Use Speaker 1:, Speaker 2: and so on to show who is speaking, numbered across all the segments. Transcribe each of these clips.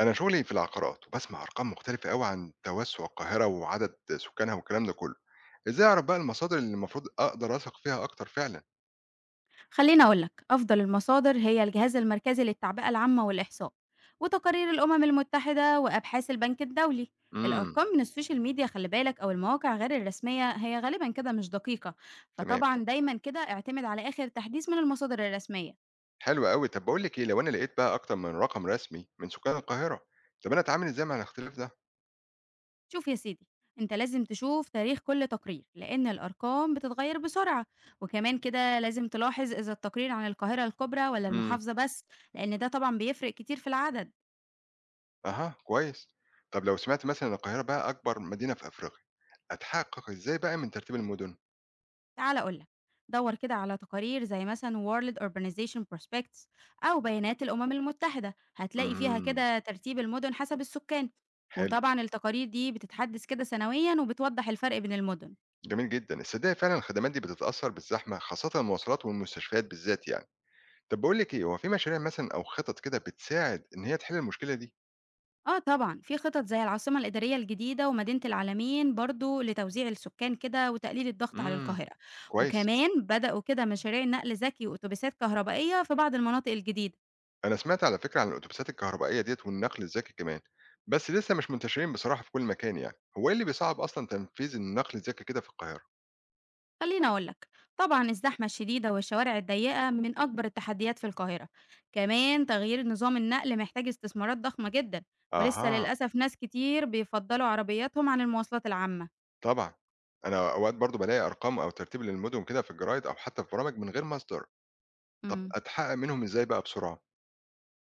Speaker 1: أنا شغلي في العقارات وبسمع أرقام مختلفة أوي عن توسع القاهرة وعدد سكانها والكلام ده كله، إزاي أعرف بقى المصادر اللي المفروض أقدر أثق فيها أكتر فعلا؟
Speaker 2: خليني أقول لك أفضل المصادر هي الجهاز المركزي للتعبئة العامة والإحصاء وتقارير الأمم المتحدة وأبحاث البنك الدولي.
Speaker 1: امم.
Speaker 2: الأرقام من السوشيال ميديا خلي بالك أو المواقع غير الرسمية هي غالبا كده مش دقيقة،
Speaker 1: تمام.
Speaker 2: فطبعا دايما كده اعتمد على آخر تحديث من المصادر الرسمية.
Speaker 1: حلو أوي. طب بقول لك إيه، لو أنا لقيت بقى أكتر من رقم رسمي من سكان القاهرة، طب أنا أتعامل إزاي مع الاختلاف ده؟
Speaker 2: شوف يا سيدي، انت لازم تشوف تاريخ كل تقرير لأن الأرقام بتتغير بسرعة، وكمان كده لازم تلاحظ إذا التقرير عن القاهرة الكبرى ولا
Speaker 1: امم.
Speaker 2: المحافظة بس، لأن ده طبعا بيفرق كتير في العدد.
Speaker 1: أها، كويس. طب لو سمعت مثلا إن القاهرة بقى أكبر مدينة في أفريقيا، أتحقق إزاي بقى من ترتيب المدن؟
Speaker 2: تعال أقول لك، دور كده على تقارير زي مثلا World Urbanization Prospects أو بيانات الأمم المتحدة، هتلاقي فيها
Speaker 1: امم.
Speaker 2: كده ترتيب المدن حسب السكان.
Speaker 1: حلو.
Speaker 2: وطبعا التقارير دي بتتحدث كده سنويا وبتوضح الفرق بين المدن.
Speaker 1: جميل جدا، الصدق فعلا الخدمات دي بتتأثر بالزحمة خاصة المواصلات والمستشفيات بالذات يعني. طب باقول لِك إيه، هو في مشاريع مثلًا أو خطط كده بتساعد إن هي تحل المشكلة دي؟
Speaker 2: اه طبعا في خطط زي العاصمة الإدارية الجديدة ومدينة العالمين برضو لتوزيع السكان كده وتقليل الضغط على
Speaker 1: إمم،
Speaker 2: القاهرة.
Speaker 1: كويس.
Speaker 2: وكمان بدأوا كده مشاريع نقل ذكي وأتوبيسات كهربائية في بعض المناطق الجديدة.
Speaker 1: أنا سمعت على فكرة عن الأتوبيسات الكهربائية ديّة والنقل الذكي كمان، بس لسه مش منتشرين بصراحة في كل مكان يعني. هو إيه اللي بيصعّب أصلًا تنفيذ النقل الذكي كده في القاهرة؟
Speaker 2: خليني أقولك، طبعا الزحمة الشديدة والشوارع الضيقة من أكبر التحديات في القاهرة. كمان تغيير نظام النقل محتاج استثمارات ضخمة جدا، ولسه
Speaker 1: أها.
Speaker 2: للأسف ناس كتير بيفضلوا عربياتهم عن المواصلات العامة.
Speaker 1: طبعًا. أنا أوقات برضه بالاقي أرقام أو ترتيب للمدن كده في الجرايد أو حتى في برامج من غير مصدر. طب
Speaker 2: مم.
Speaker 1: أتحقق منهم إزاي بقى بسرعة؟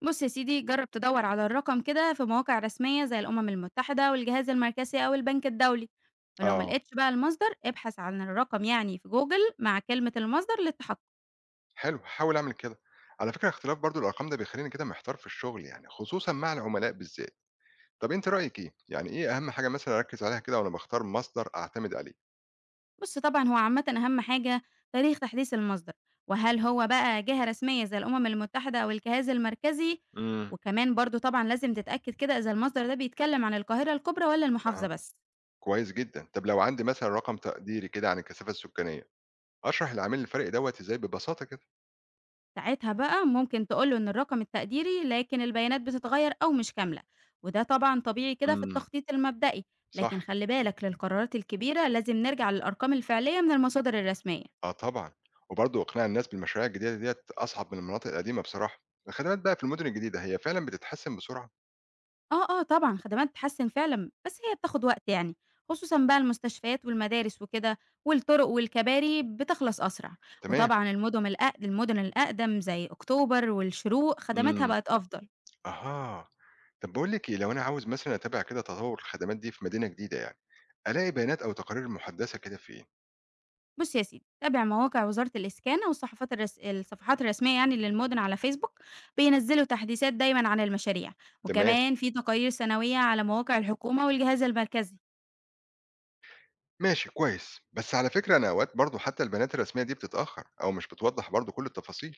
Speaker 2: بص يا سيدي، جرب تدور على الرقم كده في مواقع رسمية زي الأمم المتحدة والجهاز المركزي أو البنك الدولي، ولو
Speaker 1: آه،
Speaker 2: ملقتش بقى المصدر ابحث عن الرقم يعني في جوجل مع كلمة المصدر للتحقق.
Speaker 1: حلو، هاحاول أعمل كده. على فكرة اختلاف برضه الأرقام ده بيخلّيني كده محتار في الشغل يعني، خصوصًا مع العملاء بالذات. طب أنتِ رأيِك إيه؟ يعني إيه أهم حاجة مثلًا أركّز عليها كده وأنا باختار مصدر أعتمد عليه؟
Speaker 2: بُص طبعًا هو عامةً أهم حاجة تاريخ تحديث المصدر، وهل هو بقى جهة رسمية زي الأمم المتحدة أو الجهاز المركزي،
Speaker 1: إمم.
Speaker 2: وكمان برضه طبعًا لازم تتأكد كده إذا المصدر ده بيتكلم عن القاهرة الكبرى والّا المحافظة
Speaker 1: أها،
Speaker 2: بس.
Speaker 1: كويس جدًا. طب لو عندي مثلًا رقم تقديري كده عن الكثافة السكانية، أشرح العامل الفارق دوّة إزاي ببساطة كده؟
Speaker 2: ساعتها بقى ممكن تقول له إن الرقم التقديري لكن البيانات بتتغير أو مش كاملة، وده طبعًا طبيعي كده في
Speaker 1: إمم.
Speaker 2: التخطيط المبدئي، لكن
Speaker 1: صح.
Speaker 2: خلي بالك للقرارات الكبيرة لازم نرجع للأرقام الفعلية من المصادر الرسمية.
Speaker 1: آه طبعًا. وبرضه إقناع الناس بالمشاريع الجديدة ديّة أصعب من المناطق القديمة بصراحة. الخدمات بقى في المدن الجديدة هي فعلًا بتتحسن بسرعة؟
Speaker 2: آه، آه، طبعًا خدمات بتحسّن فعلًا، بس هي بتاخد وقت يعني، خصوصًا بقى المستشفيات والمدارس وكده، والطرق والكباري بتخلص أسرع،
Speaker 1: تمام.
Speaker 2: وطبعًا المدن الأقدم زي أكتوبر والشروق خدماتها
Speaker 1: إمم.
Speaker 2: بقت أفضل.
Speaker 1: أها. طب باقول لِك إيه، لو أنا عاوز مثلًا أتابع كده تطور الخدمات دي في مدينة جديدة يعني، ألاقي بيانات أو تقارير مُحدثة كده فين؟
Speaker 2: بُص يا سيدي، تابع مواقع وزارة الإسكان أو الصحافات الرس الصفحات الرسمية يعني للمدن على فيسبوك، بينزّلوا تحديثات دايمًا عن المشاريع،
Speaker 1: تمام.
Speaker 2: وكمان في تقارير سنوية على مواقع الحكومة والجهاز المركزي.
Speaker 1: ماشي كويس، بس على فكرة أنا أوقات برضو حتى البيانات الرسمية دي بتتأخر أو مش بتوضح برضو كل التفاصيل،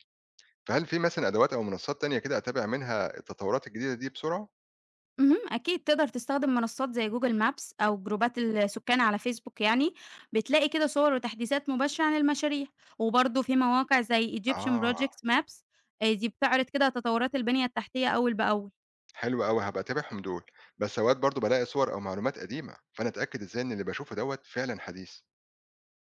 Speaker 1: فهل في مثلا أدوات أو منصات تانية كده أتابع منها التطورات الجديدة دي بسرعة؟
Speaker 2: أكيد تقدر تستخدم منصات زي جوجل مابس أو جروبات السكان على فيسبوك يعني بتلاقي كده صور وتحديثات مباشرة عن المشاريع، وبرضه في مواقع زي Egyptian
Speaker 1: آه.
Speaker 2: Project Maps. دي بتعرض كده تطورات البنية التحتية أول بأول.
Speaker 1: حلو أوي، هبقى أتابعهم دول. بس أوقات برضو بلاقي صور أو معلومات قديمة، فأنا أتأكد إزاي إن اللي بشوفه دوت فعلا حديث؟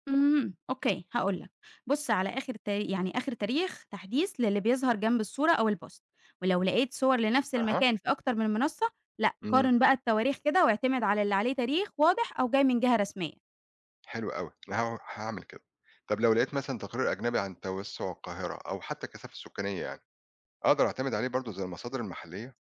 Speaker 2: أوكي هاقول لك، بُص على آخر تا يعني آخر تاريخ تحديث للي بيظهر جنب الصورة أو البوست، ولو لقيت صور لنفس
Speaker 1: أها.
Speaker 2: المكان في أكتر من منصة، لأ
Speaker 1: امم.
Speaker 2: قارن بقى التواريخ كده واعتمد على اللي عليه تاريخ واضح أو جاي من جهة رسمية.
Speaker 1: حلو أوي، أنا هعمل كده. طب لو لقيت مثلا تقرير أجنبي عن توسع القاهرة أو حتى الكثافة السكانية يعني، أقدر أعتمد عليه برضو زي المصادر المحلية؟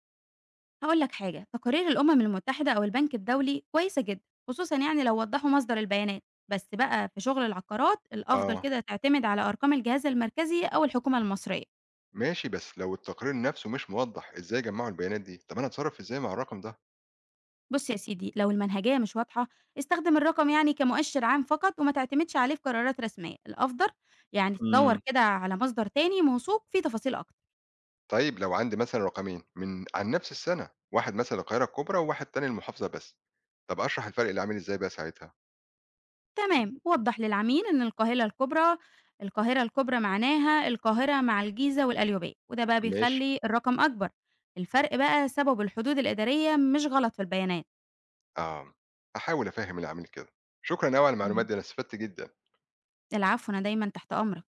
Speaker 2: هاقول لك حاجة، تقارير الأمم المتحدة أو البنك الدولي كويسة جدًا، خصوصًا يعني لو وضّحوا مصدر البيانات، بس بقى في شغل العقارات الأفضل
Speaker 1: آه.
Speaker 2: كده تعتمد على أرقام الجهاز المركزي أو الحكومة المصرية.
Speaker 1: ماشي، بس لو التقرير نفسه مش موضّح إزاي جمّعوا البيانات دي، طب أنا أتصرّف إزاي مع الرقم ده؟
Speaker 2: بُص يا سيدي، لو المنهجية مش واضحة، استخدم الرقم يعني كمؤشر عام فقط وما تعتمدش عليه في قرارات رسمية، الأفضل يعني تدوّر
Speaker 1: إمم.
Speaker 2: كده على مصدر تاني موثوق فيه تفاصيل أكتر.
Speaker 1: طيب لو عندي مثلًا رقمين عن نفس السنة، واحد مثلًا القاهرة الكبرى وواحد تاني المحافظة بس، طب أشرح الفرق للعميل إزاي بقى ساعتها؟
Speaker 2: تمام، وضّح للعميل إن القاهلة الكُبرى القاهرة الكُبرى معناها القاهرة مع الجيزة والقليوبية، وده بقى
Speaker 1: ماشي.
Speaker 2: بيخلّي الرقم أكبر، الفرق بقى سببه الحدود الإدارية مش غلط في البيانات.
Speaker 1: آه، هاحاول أفهّم العميل كده. شكرًا أوي على المعلومات
Speaker 2: اهم.
Speaker 1: دي، أنا استفدت جدًا.
Speaker 2: العفو، أنا دايمًا تحت أمرك.